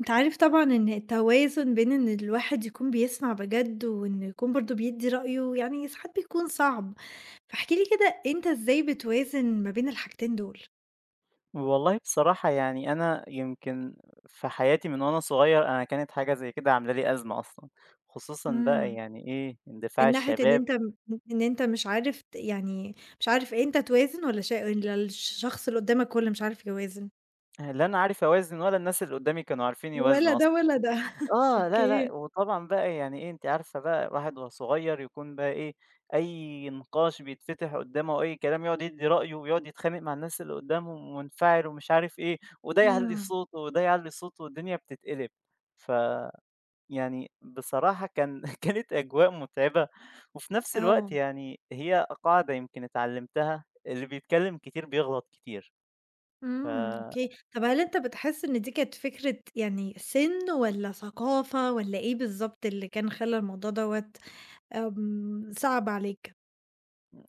أنت عارف طبعًا إن التوازن بين إن الواحد يكون بيسمع بجد، وإنه يكون برضه بيدّي رأيه، يعني ساعات بيكون صعب، فاحكِ لي كده أنت إزاي بتوازن ما بين الحاجتين دول؟ والله بصراحة يعني أنا يمكن في حياتي من وأنا صغير أنا كانت حاجة زي كده عاملة لي أزمة أصلا، خصوصا بقى إمم. يعني إيه اندفاع من ناحية إن الشباب. أنت مش عارف يعني مش عارف أنت توازن والّا والّا الشخص اللي قدّامك هو اللي مش عارف يوازن؟ لا أنا عارف أوازن ولا الناس اللي قدامي كانوا عارفين ولا يوازنوا أصلا. ده ولا ده، آه لا لا أوكي. وطبعا بقى يعني إيه أنت عارفة بقى واحد وهو صغير يكون بقى إيه، أي نقاش بيتفتح قدامه أي كلام يقعد يدي رأيه ويقعد يتخانق مع الناس اللي قدامه ومنفعل ومش عارف إيه، وده يعلي إمم. صوته وده يعلي صوته والدنيا بتتقلب. ف يعني بصراحة كان كانت أجواء متعبة، وفي نفس الوقت آه. يعني هي قاعدة يمكن اتعلمتها، اللي بيتكلم كتير بيغلط كتير. ف إمم، أوكي. طَب هل أنت بتحس إن دي كانت فكرة يعني سِن والّا ثقافة والّا إيه بالضبط اللي كان خلّى الموضوع دوّة صعب عليك؟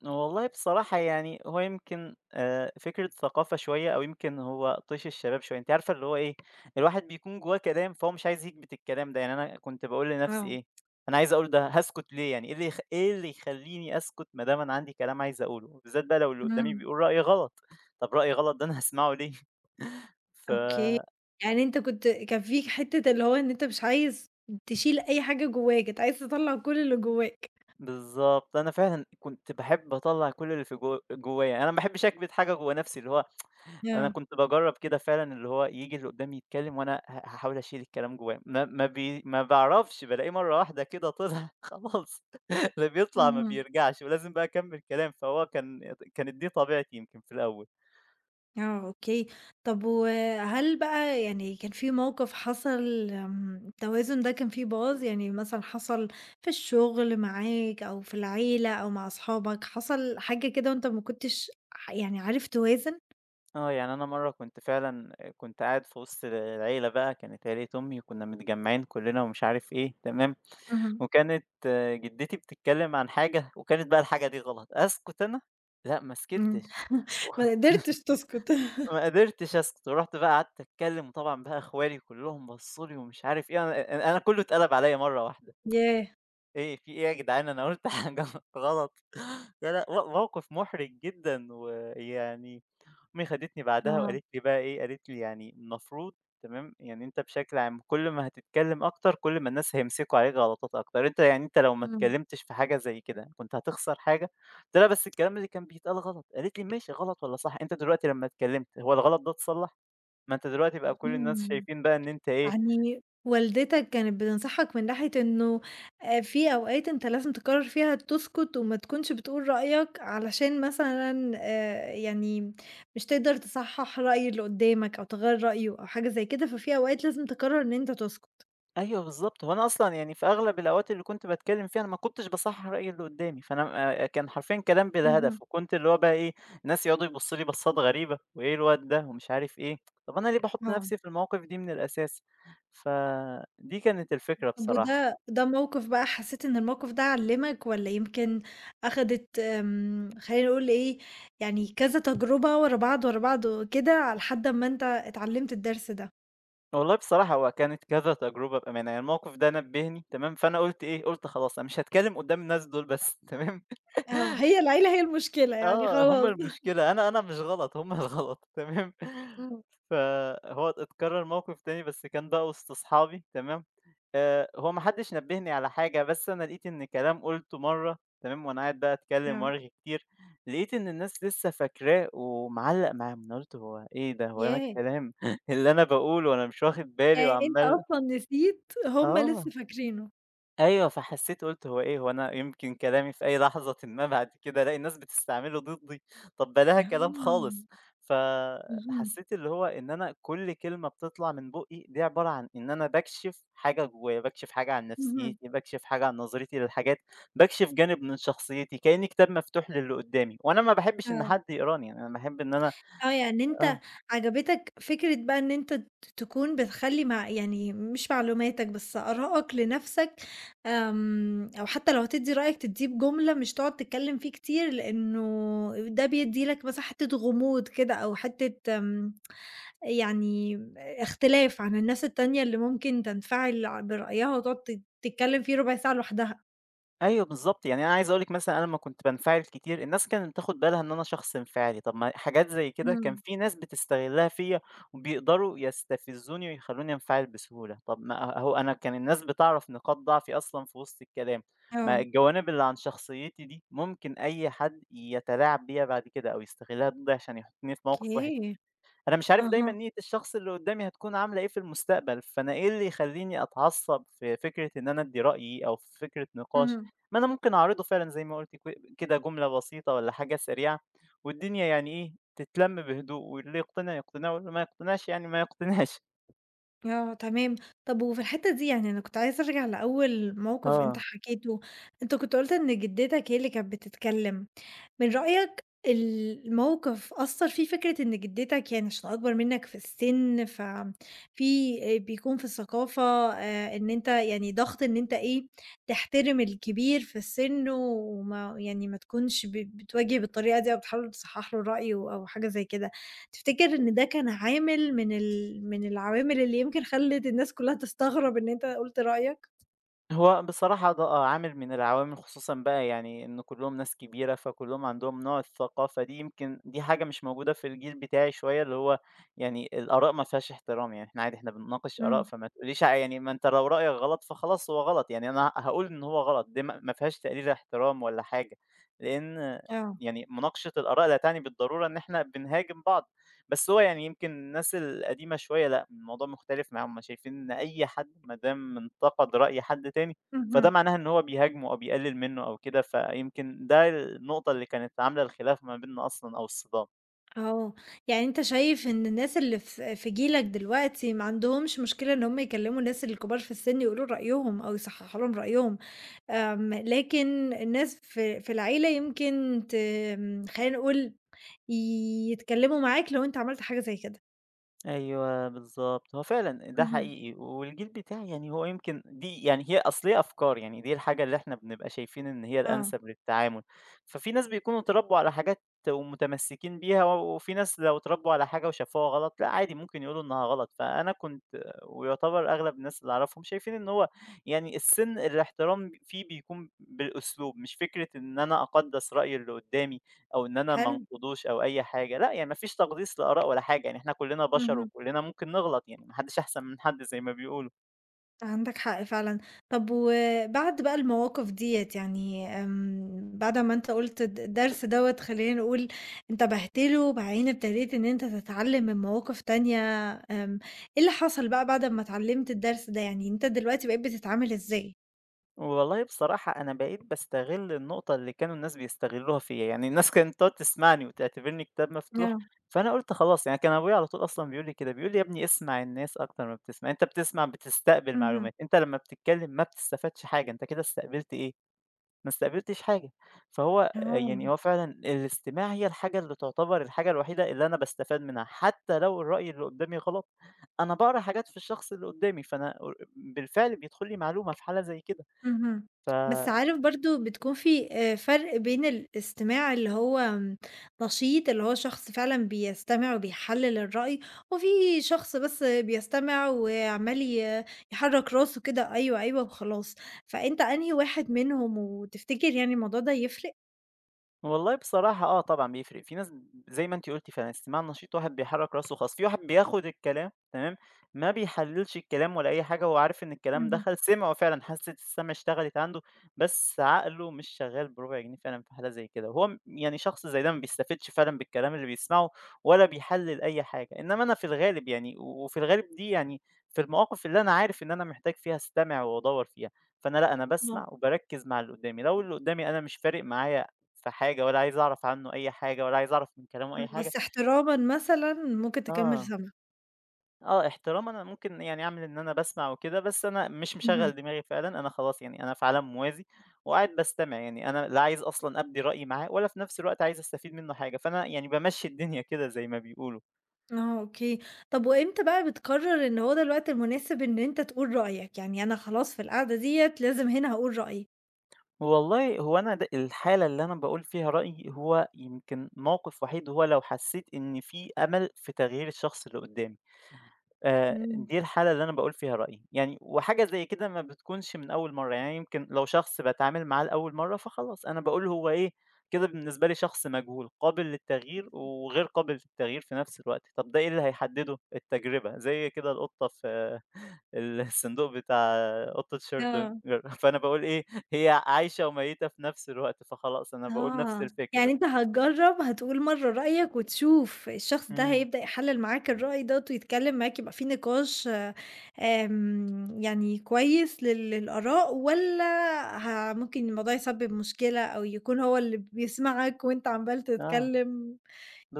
والله بصراحة يعني هو يمكن فكرة ثقافة شوية أو يمكن هو طيش الشباب شوية أنت عارفة اللي هو إيه، الواحد بيكون جواه كلام فهو مش عايز يكبت الكلام ده، يعني أنا كنت بقول لنفسي آه، إيه، أنا عايز أقول ده هسكت ليه، يعني إيه اللي إيه اللي يخليني أسكت ما دام أنا عندي كلام عايز أقوله، بالذات بقى لو اللي قدامي إمم، بيقول رأي غلط. طب رأي غلط ده أنا هسمعه ليه؟ ف أوكي. يعني أنت كان فيك حتّة اللي هو إن أنت مش عايز تشيل أي حاجة جواك، أنت عايز تطلّع كل اللي جواك. بالظبط انا فعلا كنت بحب اطلع كل اللي في جوايا، انا ما بحبش اكبت حاجه جوا نفسي اللي هو، أنا آه، كنت باجرّب كده فعلًا اللي هو ييجي اللي قدّامي يتكلّم وأنا هاحاول أشيل الكلام جوّايا، ما باعرفش، بالاقيه مرّة واحدة كده طلع خلاص اللي بيطلع ما اهم. بيرجعش ولازم بقى أكمّل كلام، فهو كانت دي طبيعتي يمكن في الأول. آه، أوكي. طب وهل بقى يعني كان في موقف حصل التوازن ده كان فيه باظ؟ يعني مثلًا حصل في الشغل معاك أو في العيلة أو مع أصحابك، حصل حاجة كده وأنت ما كنتش يعني عارف توازن؟ آه، يعني أنا مرّة كنت فعلًا كنت قاعد في وسط العيلة بقى، كانت عيلة أمي وكُنّا متجمّعين كُلّنا ومش عارف إيه، تمام، اهم، وكانت جدتي بتتكلّم عن حاجة وكانت بقى الحاجة دي غلط، أسكت أنا؟ لأ ما سكتش. إمم. ما قدرتش تسكت. ما قدرتش أسكت، ورُحت بقى قعدت أتكلّم، وطبعًا بقى إخوالي كلّهم بصّوا لي ومش عارف إيه، أنا كلّه اتقلب عليّا مرّة واحدة، ياه! إيه في إيه يا جدعان أنا قُلت حاجة غلط. لا، لأ، موقِف مُحرِج جدًا، ويعني أمي خدتني بعدها آه، وقالت لي بقى إيه، قالت لي: "يعني المفروض تمام، يعني أنت بشكل عام كل ما هتتكلّم أكتر، كل ما الناس هيمسكوا عليك غلطات أكتر، أنت يعني أنت لو ما إمم، اتكلّمتش في حاجة زي كده كنت هتخسر حاجة؟" قُلت لها: "بس الكلام اللي كان بيتقال غلط." قالت لي: "ماشي غلط والّا صح، أنت دلوقتي لمّا اتكلّمت هو الغلط ده اتصلّح؟ ما أنت دلوقتي بقى كل الناس اهم. شايفين بقى إن أنت إيه." يعني والدتك كانت بتنصحك من ناحية إنه في أوقات أنت لازم تقرر فيها تسكت وما تكونش بتقول رأيك علشان مثلًا يعني مش تقدر تصحح رأي اللي قدامك أو تغيّر رأيه أو حاجة زي كده، ففي أوقات لازم تقرر إن أنت تسكت. أيوه بالضبط، هو أنا أصلًا يعني في أغلب الأوقات اللي كنت باتكلّم فيها أنا ما كنتش باصحّح رأي اللي قدّامي، فأنا كان حرفيًا كلام بلا اهم، هدف، وكنت اللي هو بقى إيه، الناس يقعدوا يبصّوا لي بصّات غريبة، وإيه الواد ده ومش عارف إيه، طَب أنا ليه باحُط آه. نَفْسي في المواقف دي من الأساس؟ فدي كانت الفكرة طب بصراحة. ده موقف بقى حسيت إن الموقف ده علّمك والّا يمكن أخدت خلّينا نقول إيه، يعني كذا تجربة ورا بعض، ورا بعض كده على لحد أمّا أنت اتعلمت الدرس ده؟ والله بصراحة هو كانت كذا تجربة بأمانة، يعني الموقف ده نبّهني تمام، فأنا قُلت إيه، قُلت خلاص أنا مش هاتكلّم قدّام الناس دول بس تمام. آه، هي العيلة هي المشكلة يعني آه، هم خلاص. المشكلة، أنا أنا مش غلط، هم الغلط تمام، إمم، فهو اتكرر موقف تاني بس كان بقى وسط أصحابي تمام، هو ما حدش نبهني على حاجة، بس أنا لقيت إن كلام قُلته مرة تمام، وأنا قاعد بقى أتكلم آه، وأرغي كتير، لقيت إن الناس لسه فاكراه ومعلّق معاهم، أنا قُلت هو إيه ده، هو أنا ياه! الكلام اللي أنا باقوله وأنا مش واخد بالي يعني أنت وعمّال، أصلًا نسيت، هُم لسه آه. فاكرينه. أيوه، فحسّيت قُلت هو إيه، هو أنا يمكن كلامي في أي لحظةٍ ما بعد كده ألاقي الناس بتستعمله ضدّي، طب بلاها آه، كلام خالص. اهم، فحسّيت اللي هو إن أنا كل كلمة بتطلع من بُقّي دي عبارة عن إن أنا باكشف حاجة جوّايا، باكشف حاجة عن اهم، نفسيّتي، باكشف حاجة عن نظرتي للحاجات، باكشف جانب من شخصيّتي، كإني كتاب مفتوح للي قدّامي وأنا ما باحبّش إن آه. حد يقراني، يعني أنا باحب إن أنا، آه، يعني آه. أنت عجبتك فكرة بقى إن أنت تكون بتخلّي يعني مش معلوماتك بس آرائك لنفسك، أو حتى لو هتدّي رأيك تدّيه بجملة مش تقعد تتكلّم فيه كتير، لإنه ده بيدّي لك مساحة حتّة غموض كده أو حتّة يعني اختلاف عن الناس التانية اللي ممكن تنفعل ع برأيها وتقعد تتكلّم فيه ربع ساعة لوحدها. أيوه بالضبط، يعني أنا عايز أقول لِك مثلًا أنا لمّا كنت بانفعل كتير الناس كانت بتاخد بالها إن أنا شخص انفعالي، طب ما حاجات زي كده كان إمم. في ناس بتستغلها فيّا وبيقدروا يستفزوني ويخلّوني أنفعل بسهولة، طب ما أهو أنا كان الناس بتعرف نقاط ضعفي أصلًا في وسط الكلام، ما آه. الجوانب اللي عن شخصيتي دي ممكن أي حد يتلاعب بيّا بعد كده أو يستغلها ضدي عشان يحطني في موقف وِحِش. أوكي. أنا مش عارف دايمًا أها. نيّة الشخص اللي قدّامي هتكون عاملة إيه في المستقبل، فأنا إيه اللي يخلّيني أتعصّب في فكرة إن أنا أدّي رأيي أو في فكرة نقاش، اهم. ما أنا ممكن أعرضه فعلًا زي ما قُلت كده جملة بسيطة والّا حاجة سريعة، والدنيا يعني إيه، تتلَم بهدوء واللي يقتنع يقتنع واللي ما يقتنعش يعني ما يقتنعش. آه تمام، طب وفي الحتّة دي يعني أنا كنت عايزة أرجع لأول موقف أنت آه. حكيته، أنت كنت قُلت إن جدتك هي اللي كانت بتتكلّم، من رأيك الموقف أثّر فيه فكرة إن جدتك يعني عشان أكبر منك في السِن، ففي بيكون في الثقافة إن أنت يعني ضغط إن أنت إيه، تحترم الكبير في السِن وما يعني ما تكونش بتواجه بالطريقة دي أو بتحاول تصحّح له الرأي أو حاجة زي كده، تفتكر إن ده كان عامل من العوامل اللي يمكن خلِّت الناس كلّها تستغرب إن أنت قُلت رأيك؟ هو بصراحة ده عامل من العوامل خصوصًا بقى يعني إن كلّهم ناس كبيرة، فكلّهم عندهم نوع الثقافة دي، يمكن دي حاجة مش موجودة في الجيل بتاعي شوية، اللي هو يعني الآراء ما فيهاش احترام، يعني إحنا عادي إحنا بنناقش آراء إمم، فما تقوليش ع يعني ما أنت لو رأيك غلط فخلاص هو غلط، يعني أنا هاقول إن هو غلط، دي ما فيهاش تقليل احترام ولا حاجة، لإن آه، يعني مناقشة الآراء لا تعني بالضرورة إن إحنا بنهاجم بعض. بس هو يعني يمكن الناس القديمة شوية لأ، الموضوع مختلف معاهم، هُم شايفين إن أي حد ما دام انتقد رأي حد تاني، فده اهم. معناها إن هو بيهاجمه أو بيقلل منه أو كده، فيمكن ده النقطة اللي كانت عاملة الخلاف ما بيننا أصلًا أو الصدام. آه، يعني أنت شايف إن الناس اللي في جيلك دلوقتي ما عندهمش مشكلة إن هُم يكلّموا الناس الكبار في السِن يقولوا رأيهم أو يصحّحوا لهم رأيهم، آمم، لكن الناس في العيلة يمكن ت آمم، خلّينا نقول يتكلّموا معاك لو أنت عملت حاجة زي كده. أيوه بالضبط، هو فعلًا ده اهم. حقيقي، والجيل بتاعي يعني هو يمكن دي يعني هي أصل هي أفكار، يعني دي الحاجة اللي إحنا بنبقى شايفين إن هي آه، الأنسب للتعامل، ففي ناس بيكونوا اتربوا على حاجات ومتمسكين بيها، وفي ناس لو اتربوا على حاجة وشافوها غلط لأ عادي ممكن يقولوا إنها غلط، فأنا كنت، ويعتبر أغلب الناس اللي أعرفهم شايفين إن هو يعني السِن الاحترام فيه بيكون بالأسلوب، مش فكرة إن أنا أقدّس رأي اللي قدّامي. أو إن أنا ما حلو. أنقضوش أو أي حاجة، لأ يعني ما فيش تقديس لآراء ولا حاجة، يعني إحنا كلنا بشر اهم. وكلنا ممكن نغلط، يعني ما حدش أحسن من حد زي ما بيقولوا. عندك حق فعلًا. طب وبعد بقى المواقف ديّة يعني بعد ما أنت قُلت الدرس دوّة خلّينا نقول انتبهت له، بعدين ابتديت إن أنت تتعلم من مواقف تانية، آمم، إيه اللي حصل بقى بعد أمّا اتعلمت الدرس ده؟ يعني أنت دلوقتي بقيت بتتعامل إزاي؟ والله بصراحة أنا بقيت باستغل النقطة اللي كانوا الناس بيستغلوها فيّا، يعني الناس كانت تقعد تسمعني وتعتبرني كتاب مفتوح، آه، فأنا قُلت خلاص، يعني كان أبويا على طول أصلًا بيقول لي كده، بيقول لي: "يا ابني اسمع الناس أكتر ما بتسمع، أنت بتسمع بتستقبل اهم. معلومات، أنت لما بتتكلم ما بتستفادش حاجة، أنت كده استقبلت إيه؟" ما استقبلتش حاجة. فهو يعني آه. هو فعلًا الاستماع هي الحاجة اللي تعتبر الحاجة الوحيدة اللي أنا باستفاد منها، حتى لو الرأي اللي قدامي غلط، أنا باقرا حاجات في الشخص اللي قدامي، فأنا بالفعل بيدخل لي معلومة في حالة زي كده. اهم. ف بس عارف برضه بتكون في فرق بين الاستماع اللي هو نشيط، اللي هو شخص فعلًا بيستمع وبيحلّل الرأي، وفي شخص بس بيستمع وعمّال يحرّك راسه كده أيوه، أيوه وخلاص، فأنت أنهي واحد منهم وتفتكر يعني الموضوع ده يفرق؟ والله بصراحة طبعًا بيفرق، في ناس زي ما أنتِ قُلتِ فعلًا استماع نشيط واحد بيحرّك راسه وخلاص، في واحد بياخد الكلام تمام، ما بيحلّلش الكلام ولا أي حاجة، هو عارف إن الكلام اهم، دخل سمعه فعلًا حاسة السمع اشتغلت عنده، بس عقله مش شغال بربع جنيه فعلًا في حالة زي كده، هو يعني شخص زي ده ما بيستفدش فعلًا بالكلام اللي بيسمعه ولا بيحلّل أي حاجة، إنما أنا في الغالب يعني وفي الغالب دي يعني في المواقف اللي أنا عارف إن أنا محتاج فيها أستمع وأدوّر فيها، فأنا لأ، أنا آه. باسمع وباركّز مع اللي قدّامي، لو اللي قدّامي أنا مش فارق معايا في حاجة ولا عايز أعرف عنه أي حاجة ولا عايز أعرف من كلامه أي إمم، حاجة، بس احترامًا مثلًا ممكن تكمّل آه، سَمْع. آه احترام أنا ممكن يعني أعمل إن أنا باسمع وكده، بس أنا مش مشغّل اهم. دماغي فعلًا، أنا خلاص يعني أنا في عالم موازي وقاعد باستمع، يعني أنا لا عايز أصلًا أبدي رأيي معاه ولا في نفس الوقت عايز أستفيد منه حاجة، فأنا يعني بامشّي الدنيا كده زي ما بيقولوا. آه، أوكي. طب وإمتى بقى بتقرر إن هو ده الوقت المناسب إن أنت تقول رأيك؟ يعني أنا خلاص في القعدة ديّة لازم هنا هاقول رأيي. والله هو أنا الحالة اللي أنا باقول فيها رأيي هو يمكن موقف وحيد هو لو حسّيت إن في أمل في تغيير الشخص اللي قدّامي. إمم، دي الحالة اللي أنا باقول فيها رأيي، يعني وحاجة زي كده ما بتكونش من أول مرّة، يعني يمكن لو شخص باتعامل معاه لأول مرّة فخلاص أنا باقول هو إيه، كده بالنسبة لي شخص مجهول، قابل للتغيير وغير قابل للتغيير في نفس الوقت، طَب ده إيه اللي هيحدده؟ التجربة، زي كده القطة في الصندوق بتاع قطة شيردنجر، آه. فأنا باقول إيه، هي عايشة وميتة في نفس الوقت، فخلاص أنا باقول نفس آه، يعني الفكرة. أنت هتجرّب هتقول مرّة رأيك وتشوف الشخص ده إمم، هيبدأ يحلل معاك الرأي دوّة ويتكلم معاك يبقى في نقاش يعني كويس للآراء والّا ممكن الموضوع يسبب مشكلة أو يكون هو اللي بيسمعك وأنت عمّال آه، تتكلم،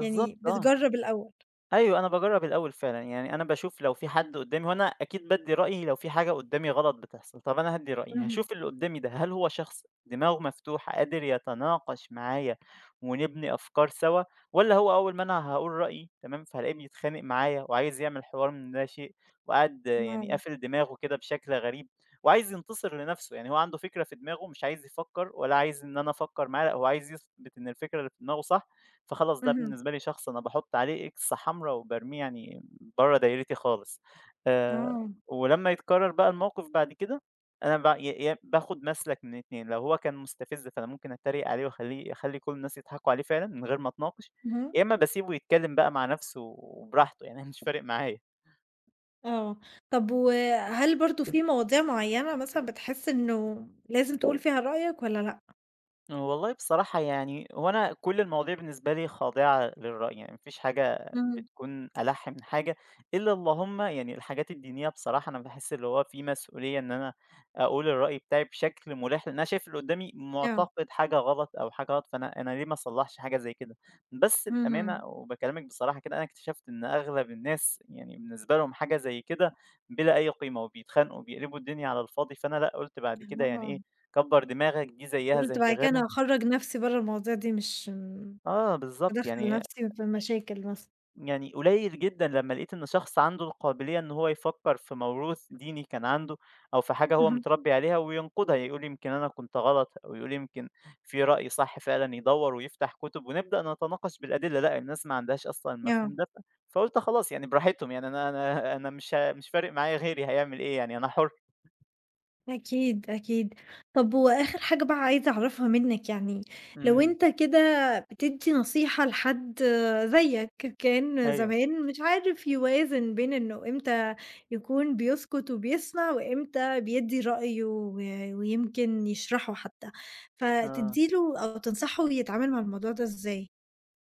يعني آه. بتجرّب الأول؟ أيوه، أنا باجرّب الأول فعلًا، يعني أنا باشوف لو في حد قدّامي هو أنا أكيد بادّي رأيي لو في حاجة قدّامي غلط بتحصل، طَب أنا هادّي رأيي، اهم، هاشوف اللي قدّامي ده هل هو شخص دماغه مفتوحة قادر يتناقش معايا ونبني أفكار سوا، والّا هو أول ما أنا هاقول رأيي تمام، فهالاقيه بيتخانق معايا وعايز يعمل حوار من لا شيء وقاعد يعني آه، قافل دماغه كده بشكل غريب وعايز ينتصر لنَفْسه، يعني هو عنده فكرة في دماغه مش عايز يفكّر ولا عايز إن أنا أفكّر معاه، لأ هو عايز يثبت إن الفكرة اللي في دماغه صح، فخلاص ده اهم. بالنسبة لي شخص أنا باحُط عليه إكس حمرا وبارميه يعني برّه دايرتي خالص. آآ آه، ولمّا يتكرر بقى الموقف بعد كده، أنا ب ي يا باخد مسلك من الاتنين، لو هو كان مستفز فأنا ممكن أتريق عليه وأخليه أخلي كل الناس يضحكوا عليه فعلًا من غير ما أتناقش، اهم، يا إما باسيبه يتكلم بقى مع نفسه وبراحته، يعني أنا مش فارق معايا. آه، طب وهل برضه في مواضيع معيّنة مثلًا بتحس إنه لازم تقول فيها رأيك والّا لأ؟ والله بصراحة يعني هو أنا كل المواضيع بالنسبة لي خاضعة للرأي، يعني مفيش حاجة إمم، بتكون ألح من حاجة إلا اللهم يعني الحاجات الدينية، بصراحة أنا بحس اللي هو في مسؤولية إن أنا أقول الرأي بتاعي بشكل ملح لأن أنا شايف اللي قدامي آه، معتقد حاجة غلط أو حاجة غلط، فأنا أنا ليه ما أصلحش حاجة زي كده؟ بس إمم، بأمانة وبكلمك بصراحة كده أنا اكتشفت إن أغلب الناس يعني بالنسبة لهم حاجة زي كده بلا أي قيمة وبيتخانقوا وبيقلبوا الدنيا على الفاضي، فأنا لأ قلت بعد كده يعني آه، إيه كبر دماغك دي زيها قُلت زي بعد كده أنا غيرها. هاخرّج نفسي برّه المواضيع دي مش آه بالضبط، بادخّل يعني نفسي في مشاكل مثلًا، يعني قليل جدًا لمّا لقيت إن شخص عنده القابلية إن هو يفكّر في موروث ديني كان عنده، أو في حاجة هو اهم، متربّي عليها وينقدها، يقول يمكن أنا كنت غلط، أو يقول يمكن في رأي صح فعلًا، يدوّر ويفتح كُتب ونبدأ نتناقش بالأدلة، لأ الناس ما عندهاش أصلًا آه. المفهوم ده. فقُلت خلاص يعني براحتهم، يعني أنا مش فارق معايا غيري هيعمل إيه، يعني أنا حُر. أكيد، أكيد. طب وآخر حاجة بقى عايزة أعرفها منّك يعني، لو إمم. أنت كده بتدّي نصيحة لحد زيّك كان أيوه، زمان مش عارف يوازن بين إنه إمتى يكون بيسكت وبيسمع، وإمتى بيدّي رأيه ويمكن يشرحه حتى، آه. فتدّي له أو تنصحه يتعامل مع الموضوع ده إزاي؟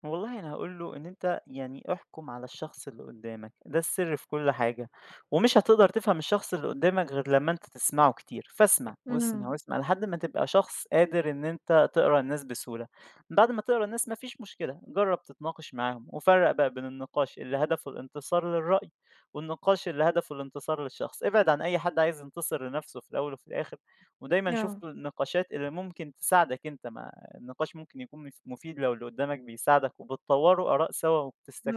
والله أنا هاقول له إن أنت يعني احكُم على الشخص اللي قُدّامك، ده السر في كل حاجة، ومش هتقدر تفهم الشخص اللي قُدّامك غير لمّا أنت تسمعه كتير، فاسمع واسمع إمم، واسمع لحد ما تبقى شخص قادر إن أنت تقرا الناس بسهولة، بعد ما تقرا الناس ما فيش مشكلة، جرّب تتناقش معاهم، وفرّق بقى بين النقاش اللي هدفه الانتصار للرأي، والنقاش اللي هدفه الانتصار للشخص، ابعد عن أي حد عايز ينتصر لنَفْسه في الأول وفي الآخر، ودايمًا شوف آه. النقاشات اللي ممكن تساعدك، أنت ما النقاش ممكن يكون مفيد لو اللي قدّامك بيساعدك وبتطوّروا آراء سوا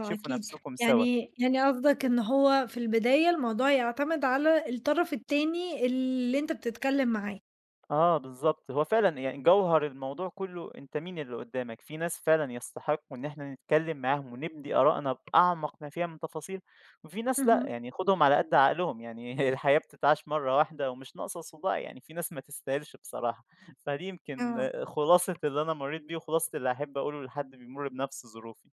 آه أكيد، نفسكم سوا. يعني قصدك إن هو في البداية الموضوع يعتمد على الطرف التاني اللي أنت بتتكلم معاه. آه بالضبط، هو فعلًا يعني جوهر الموضوع كُلّه أنت مين اللي قدّامك، في ناس فعلًا يستحقوا إن إحنا نتكلّم معاهم ونبدي آراءنا بأعمق ما فيها من تفاصيل، وفي ناس لأ، اهم. يعني خُدهم على قد عقلهم، يعني الحياة بتتعاش مرّة واحدة ومش ناقصة صداع، يعني في ناس ما تستاهلش بصراحة. فدي يمكن آه، خلاصة اللي أنا مرّيت بيه وخلاصة اللي أحب أقوله لحد بيمُر بنفس ظروفي.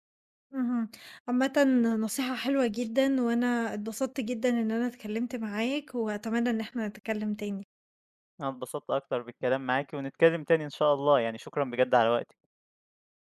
اهم. عامةً نصيحة حلوة جدًا، وأنا اتبسطت جدًا إن أنا اتكلمت معاك، وأتمنى إن إحنا نتكلم تاني. أنا اتبسطت أكتر بالكلام معاكِ، ونتكلم تاني إن شاء الله، يعني شكرًا بجد على وقتِك.